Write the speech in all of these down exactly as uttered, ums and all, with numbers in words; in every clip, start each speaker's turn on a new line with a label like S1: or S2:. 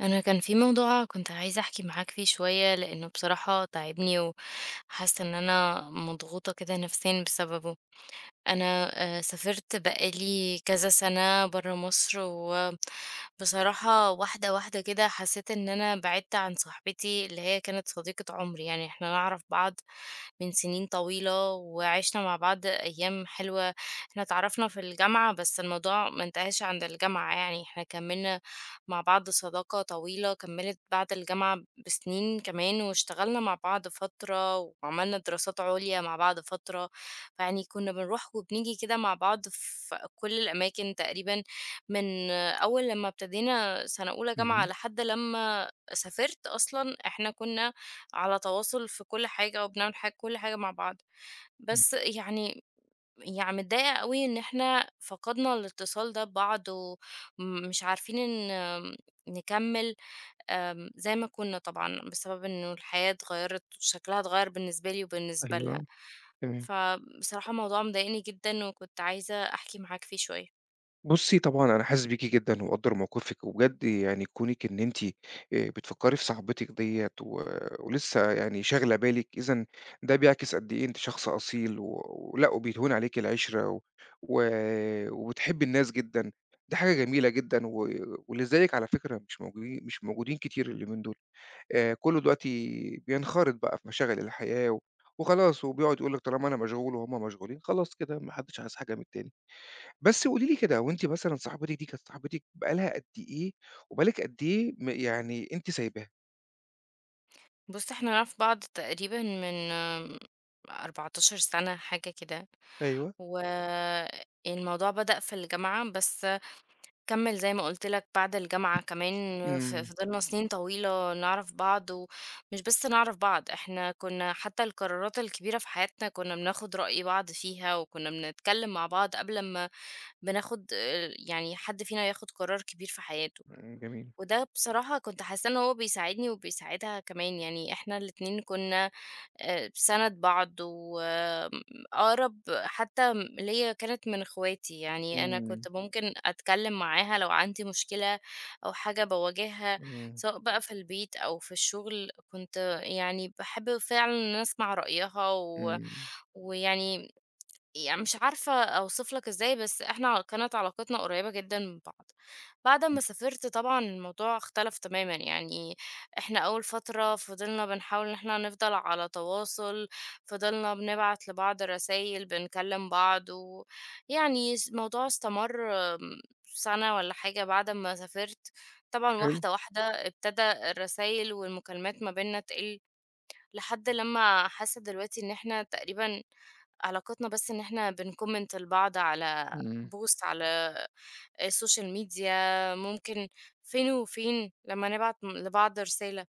S1: أنا كان في موضوع كنت عايزة أحكي معاك فيه شوية، لأنه بصراحة تعبني وحاسة إن أنا مضغوطة كده نفسيا بسببه. أنا آآ سافرت بقى لي كذا سَنة برّه مصر، وبصراحة واحدة، واحدة كده حسّيت إن أنا بعِدت عن صاحبتي اللي هي كانت صديقة عُمري. يعني إحنا نعرف بعض من سِنين طويلة، وعِشنا مع بعض أيام حلوة. إحنا اتعرّفنا في الجامعة، بس الموضوع ما انتهاش عند الجامعة، يعني إحنا كمّلنا مع بعض صداقة طويلة، كمّلت بعد الجامعة بسِنين كمان، واشتغلنا مع بعض فترة، وعملنا دراسات عُليا مع بعض فترة. فيعني كنا بنروح وبنيجي كده مع بعض في كل الأماكن تقريبا، من أول لما ابتدينا سنة أولى جامعة
S2: اهم،
S1: لحد لما سافرت. أصلا احنا كنا على تواصل في كل حاجة، وبنعمل حاجة كل حاجة مع بعض،
S2: إمم،
S1: بس يعني يعني متضايقة قوي ان احنا فقدنا الاتصال ده ببعض، ومش عارفين ان نكمل آم، زي ما كنا طبعا، بسبب انه الحياة اتغيرت وشكلها اتغير بالنسبة لي وبالنسبة لها.
S2: أيوه، تمام.
S1: فبصراحة الموضوع مضايقني جدًا، وكنت عايزة أحكي معاك فيه شوية.
S2: بُصّي، طبعًا أنا حاسس بيكِ جدًا ومقدّر موقفِك، وبجد يعني كونِك إن أنتِ آآ بتفكّري في صاحبتِك ديّة و ولسه يعني شاغلة بالِك، إذًا ده بيعكس قد إيه أنتِ شخص أصيل و ولأ، وبيهون عليكِ العِشرة و و وبتحبّي الناس جدًا، دي حاجة جميلة جدًا و واللي زيِّك على فكرة مش موجودين مش موجودين كتير اليومين دول. آآ كُلّه دلوقتي بينخرط بقى في مشاغل الحياة و وخلاص وبيقعد يقول لِك طالما أنا مشغول وهُم مشغولين، خلاص كده ما حدّش عايز حاجة من التاني. بس قولي لي كده، هو أنتِ مثلًا صاحبتِك دي كانت صاحبتِك بقى لها قد إيه وبقى لِك قد إيه م يعني أنتِ سايباها؟
S1: بُص، إحنا نعرف بعض تقريبًا من آمم أربعة عشر سنة حاجة كده،
S2: أيوه.
S1: والموضوع بدأ في الجامعة، بس كمّل زي ما قُلت لك بعد الجامعة كمان. ف
S2: إمم.
S1: فضلنا سنين طويلة نعرف بعض، ومش بس نعرف بعض، إحنا كنا حتى القرارات الكبيرة في حياتنا كنا بناخد رأي بعض فيها، وكنا بنتكلم مع بعض قبل أمّا بناخد آآ يعني حد فينا ياخد قرار كبير في حياته.
S2: إمم، جميل.
S1: وده بصراحة كنت حاسة إن هو بيساعدني وبيساعدها كمان، يعني إحنا الاتنين كنا آه، سند بعض، وأقرب حتى م- ليا كانت من اخواتي. يعني أنا كنت
S2: إمم.
S1: ممكن أتكلم معاها لو عندي مشكلة أو حاجة بواجهها،
S2: إمم.
S1: سواء بقى في البيت أو في الشغل، كنت يعني بحب فعلا إن أنا أسمع رأيها و...
S2: إمم.
S1: ويعني يعني مش عارفة أوصف لك إزاي، بس إحنا كانت علاقتنا قريبة جدًا من بعض. بعد أمّا سافرت طبعًا الموضوع اختلف تمامًا، يعني إحنا أول فترة فضلنا بنحاول إن إحنا نفضل على تواصل، فضلنا بنبعت لبعض رسايل، بنكلّم بعض، ويعني اس الموضوع استمر آمم سَنة والّا حاجة بعد أمّا سافرت. طبعًا
S2: حلو.
S1: واحدة، واحدة ابتدى الرسايل والمكالمات ما بيننا تقِل، لحد لمّا حاسة دلوقتي إن إحنا تقريبًا علاقتنا بس إن إحنا بنcomment لبعض على
S2: إمم.
S1: post على السوشيال ميديا، ممكن فين وفين لمّا نبعت م لبعض رسالة.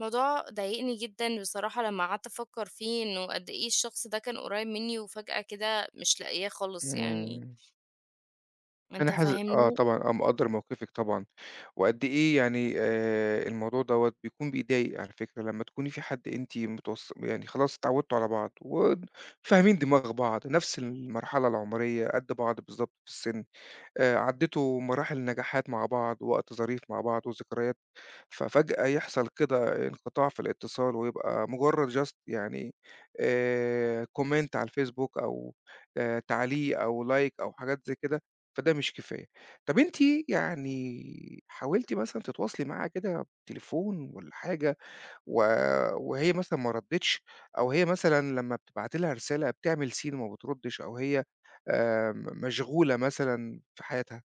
S1: الموضوع ضايقني جدًا بصراحة لمّا قعدت أفكّر فيه، إنه قد إيه الشخص ده كان قريب منّي وفجأة كده مش لاقياه خالص، يعني
S2: إمم. أنا
S1: أنت
S2: حاز آه
S1: فاهمني؟
S2: طبعًا، آه مقدّر موقفِك طبعًا، وقد إيه يعني آآ الموضوع دوّة بيكون بيضايق على فكرة لمّا تكوني في حد أنتِ متوص يعني خلاص اتعوّدتوا على بعض وفاهمين دماغ بعض، نفس المرحلة العمرية، قد بعض بالضبط في السِن، آآ عدّيتوا مراحل نجاحات مع بعض، وقت ظريف مع بعض وذكريات، ففجأة يحصل كده انقطاع في الاتصال ويبقى مجرد just يعني آآ comment على الفيسبوك أو آآ تعليق أو like أو حاجات زي كده، فده مش كفاية. طب أنتِ يعني حاولتِ مثلًا تتواصلي معاها كده بالتليفون والّا حاجة و وهي مثلًا ما ردِّتش، أو هي مثلًا لمّا بتبعتي لها رسالة بتعمل سين وما بتردِّش، أو هي آآ م مشغولة مثلًا في حياتها؟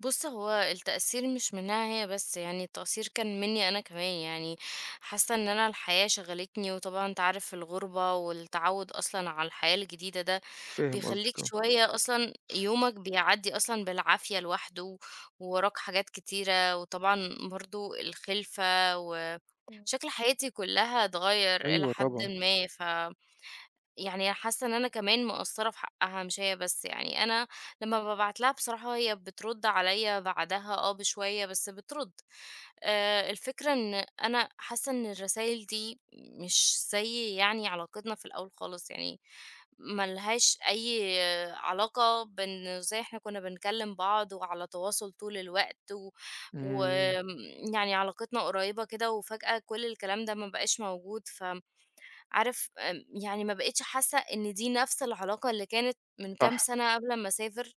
S1: بُص، هو التأثير مش منها هي بس، يعني التقصير كان منّي أنا كمان، يعني حاسة إن أنا الحياة شغلتني، وطبعًا أنت عارف الغُربة والتعوّد أصلًا على الحياة الجديدة، ده
S2: فاهم
S1: بيخلّيك
S2: قصدك آه.
S1: شوية أصلًا يومك بيعدّي أصلًا بالعافية لوحده، ووراك حاجات كتيرة، وطبعًا برضه الخِلفة
S2: إمم.
S1: وشكل حياتي كلّها اتغيّر إلى
S2: أيوه
S1: حدٍ
S2: طبعًا.
S1: ما. ف يعني حاسة إن أنا كمان مقصّرة في حقّها مش هي بس، يعني أنا لمّا بابعت لها بصراحة هي بترُد عليّا بعدها آه بشوية، بس بترُد. آآ الفكرة إن أنا حاسة إن الرسايل دي مش زي يعني علاقتنا في الأول خالص، يعني ما لهاش أي علاقة بإن إزاي إحنا كُنّا بنكلّم بعض وعلى تواصل طول الوقت و
S2: إمم،
S1: وآمم يعني علاقتنا قريّبة كده، وفجأة كل الكلام ده ما بقاش موجود، ف عارف آمم، يعني ما بقيتش حاسة إن دي نفس العلاقة اللي كانت من كام
S2: صح.
S1: سنة قبل أمّا أسافر،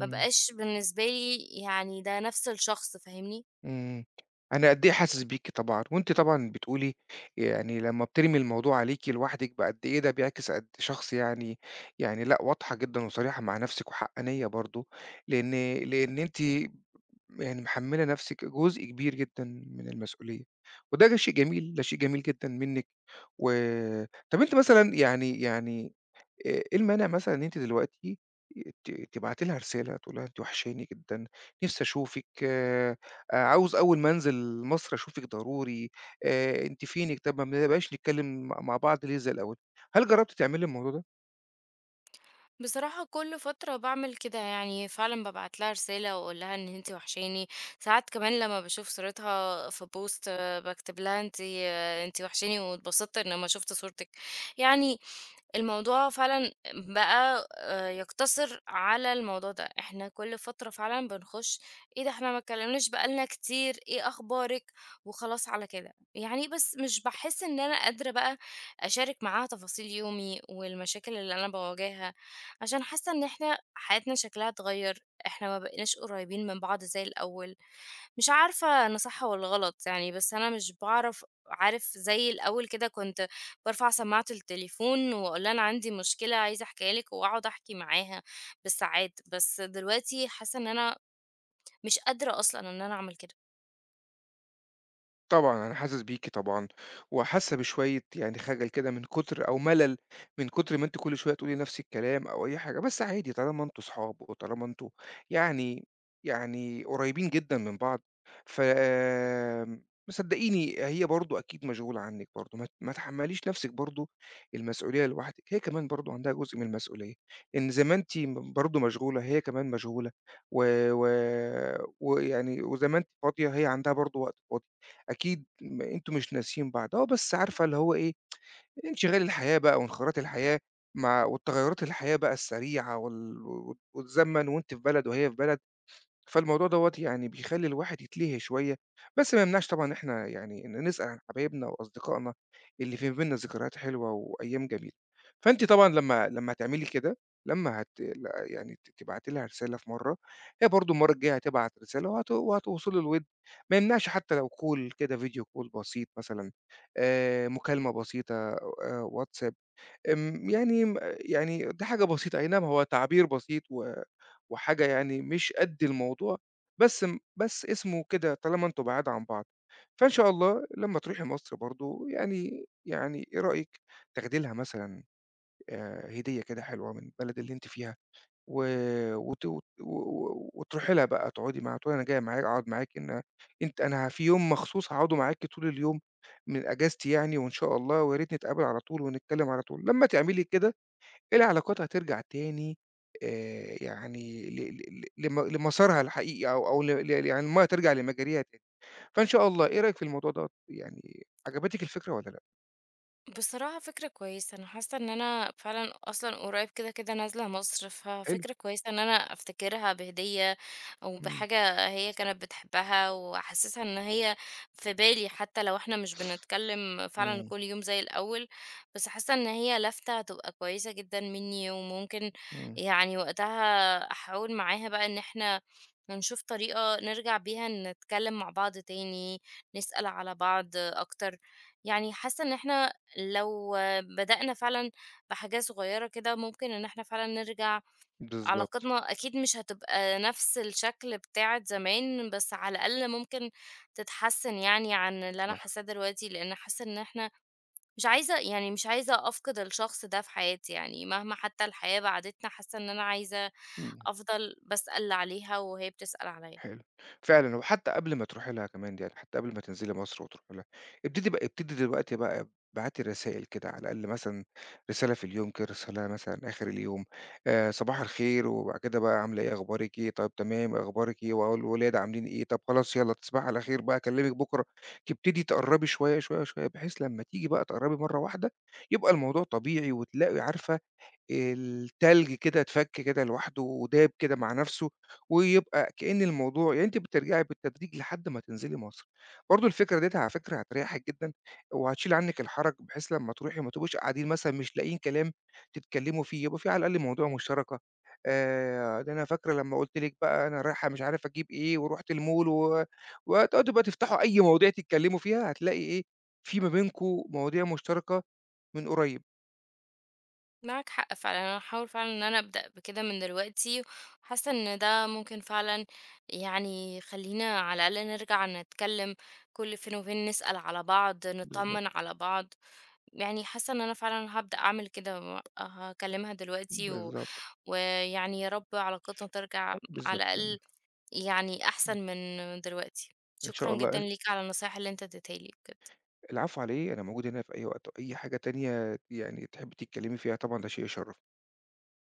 S1: ما بقاش بالنسبة لي يعني ده نفس الشخص، فاهمني؟
S2: إمم، أنا قد إيه حاسس بيكِ طبعًا، وأنتِ طبعًا بتقولي يعني لمّا بترمي الموضوع عليكِ لوحدِك بقد إيه ده بيعكس قد شخص يعني يعني لأ، واضحة جدًا وصريحة مع نفسِك وحقانية برضه، لإن لإن أنتِ يعني محملة نفسِك جزء كبير جدًا من المسؤولية، وده شيء جميل، ده شيء جميل جدًا منِك. و طب أنتِ مثلًا يعني يعني إيه إيه المانع مثلًا إن أنتِ دلوقتي ت تبعتي لها رسالة تقول لها أنتِ وحشاني جدًا، نفسي أشوفِك، آآ عاوز أول ما أنزل مصر أشوفِك ضروري، آآ أنتِ فينِك، طب ما بنبقاش نتكلم مع مع بعض ليه زي الأول؟ هل جربتِ تعملي الموضوع ده؟
S1: بصراحة كل فترة بعمل كده، يعني فعلا ببعت لها رسالة واقول لها ان انتي وحشاني. ساعات كمان لما بشوف صورتها في بوست آه، بكتب لها انتي آه، انتي وحشاني، واتبسطت ان ما شفت صورتك. يعني الموضوع فعلا بقى آه، يقتصر على الموضوع ده، احنا كل فترة فعلا بنخش ايه ده احنا ما اتكلمناش بقالنا كتير، ايه اخبارك، وخلاص على كده، يعني بس مش بحس ان انا قادرة بقى اشارك معاها تفاصيل يومي والمشاكل اللي انا بواجهها، عشان حاسة إن إحنا حياتنا شكلها اتغيّر، إحنا ما بقيناش قريّبين من بعض زي الأول. مش عارفة أنا صح والّا غلط يعني، بس أنا مش باعرف عارف زي الأول كده كنت بارفع سماعة التليفون وأقول لها أنا عندي مشكلة عايزة أحكيها لِك وأقعد أحكي معاها بالساعات، بس دلوقتي حاسة إن أنا مش قادرة أصلًا إن أنا أعمل كده.
S2: طبعًا أنا حاسس بيكِ طبعًا، وحاسة بشوية يعني خجل كده من كتر أو ملل من كتر ما أنتِ كل شوية تقولي نفس الكلام أو أي حاجة، بس عادي طالما أنتم صحاب وطالما أنتم يعني يعني قريبين جدًا من بعض. ف آمم، صدقيني هي برضه أكيد مشغولة عنِّك برضه، ما ت ما تحمّليش نفسِك برضه المسؤولية لوحدِك، هي كمان برضه عندها جزء من المسؤولية، إن زي ما أنتِ م برضه مشغولة هي كمان مشغولة، و و ويعني وزي ما أنتِ فاضية هي عندها برضه وقت فاضي. أكيد م أنتم مش ناسيين بعض، آه، بس عارفة اللي هو إيه، انشغال الحياة بقى وانخراط الحياة مع والتغيّرات الحياة بقى السريعة وال وت وتزمّن وأنتِ في بلد وهي في بلد. فالموضوع دوّة يعني بيخلّي الواحد يتلهي شوية، بس ما يمنعش طبعًا إن إحنا يعني إن نسأل عن حبايبنا وأصدقائنا اللي في بيننا ذكريات حلوة وأيام جميلة. فأنتِ طبعًا لمّا لمّا هتعملي كده، لمّا هت ل يعني ت تبعتي لها رسالة في مرّة، هي برضه المرّة الجاية هتبعت رسالة وهت وهتوصلوا لوِد، ما يمنعش حتى لو call كده video call بسيط مثلًا، آآ مكالمة بسيطة، آآ واتساب. آمم، يعني م يعني دي حاجة بسيطة، أي نعم هو تعبير بسيط و وحاجة يعني مش قد الموضوع، بس م بس اسمه كده طالما أنتم بعاد عن بعض، فإن شاء الله لمّا تروحي مصر برضه يعني يعني إيه رأيِك تاخدي لها مثلًا آآ، هدية كده حلوة من البلد اللي أنتِ فيها؟ و وت و و وتروحي لها بقى تقعدي معاها، تقولي أنا جاية معاك أقعد معاكِ إن أنتِ أنا في يوم مخصوص هاقعده معاكِ طول اليوم من إجازتي يعني، وإن شاء الله ويا ريت نتقابل على طول ونتكلم على طول. لمّا تعملي كده إيه العلاقات هترجع تاني، آآ يعني ل ل ل لم لمسارها الحقيقي أو أو ل ل يعني المَيّة ترجع لمجاريها تاني. فإن شاء الله إيه رأيك في الموضوع دوّة يعني عجبتِك الفكرة والّا لأ؟
S1: بصراحة فكرة كويسة، أنا حاسة إن أنا فعلًا أصلًا قريب كده، كده نازلة مصر،
S2: حلو،
S1: ففكرة كويسة إن أنا أفتكرها بهدية أو
S2: إمم،
S1: بحاجة هي كانت بتحبها، وأحسسها إن هي في بالي حتى لو إحنا مش بنتكلم فعلًا
S2: إمم،
S1: كل يوم زي الأول، بس حاسة إن هي لفتة هتبقى كويسة جدًا مني، وممكن
S2: إمم،
S1: يعني وقتها أحاول معاها بقى إن إحنا نشوف طريقة نرجع بيها نتكلم مع بعض تاني، نسأل على بعض أكتر. يعني حاسة إن إحنا لو بدأنا فعلًا بحاجة صغيرة كده، ممكن إن إحنا فعلًا نرجع.
S2: بالضبط،
S1: علاقتنا أكيد مش هتبقى نفس الشكل بتاعة زمان، بس على الأقل ممكن تتحسّن يعني عن اللي أنا
S2: صح،
S1: حاساه دلوقتي، لإن حاسة إن إحنا مش عايزة يعني مش عايزة أفقد الشخص ده في حياتي، يعني مهما حتى الحياة بعدتنا، حاسة إن أنا عايزة
S2: إمم.
S1: أفضل باسأل عليها وهي بتسأل عليّا.
S2: حلو. فعلًا، وحتى قبل ما تروحي لها كمان دي يعني، حتى قبل ما تنزلي مصر وتروحي لها، ابتدي بقى ابتدي دلوقتي بقى ابعتي رسائل كده على الأقل مثلًا رسالة في اليوم كده، رسالة مثلًا آخر اليوم، آآ صباح الخير وبعد كده بقى عاملة إيه، أخبارِك إيه، طيب تمام، أخبارِك إيه، والولاد عاملين إيه، طب خلاص يالّا تصبحي على خير بقى أكلمِك بكرة، تبتدي تقرّبي شوية، شوية، شوية، بحيث لما تيجي بقى تقرّبي مرّة واحدة يبقى الموضوع طبيعي، وتلاقي عارفة التلج كده اتفك كده لوحده وداب كده مع نفسه، ويبقى كأن الموضوع يعني أنتِ بترجعي بالتدريج لحد ما تنزلي مصر. برضه الفكرة ديّة على فكرة هتريحِك جدًا، وهتشيل عنِّك الحَرَج بحيث لمّا تروحي ما تبقوش قاعدين مثلًا مش لاقيين كلام تتكلموا فيه، يبقى في على الأقل مواضيع مشتركة. آآ، ده أنا فاكرة لمّا قُلت لِك بقى أنا رايحة مش عارف أجيب إيه ورُحت المول و وهتقعدوا بقى تفتحوا أي مواضيع تتكلموا فيها، هتلاقي إيه، في ما بينكم مواضيع مشتركة من قريب.
S1: معاك حق فعلا، انا هحاول فعلا ان انا ابدا بكده من دلوقتي، حاسه ان ده ممكن فعلا يعني يخلينا على الاقل نرجع نتكلم كل فين وفين، نسال على بعض
S2: بالضبط،
S1: نطمن على بعض، يعني حاسه ان انا فعلا هبدا اعمل كده و- هكلمها دلوقتي و...
S2: بالضبط.
S1: ويعني يا رب علاقتنا ترجع على
S2: بالضبط يعني،
S1: الاقل، يعني
S2: إمم،
S1: احسن من دلوقتي.
S2: إن شاء
S1: شكرا جدا
S2: الله.
S1: ليك على النصايح اللي انت اديتها لي بجد
S2: العفو على إيه، أنا موجود هنا في أي وقت، أي حاجة تانية يعني تحبّي تتكلّمي فيها طبعًا ده شيء يشرّف.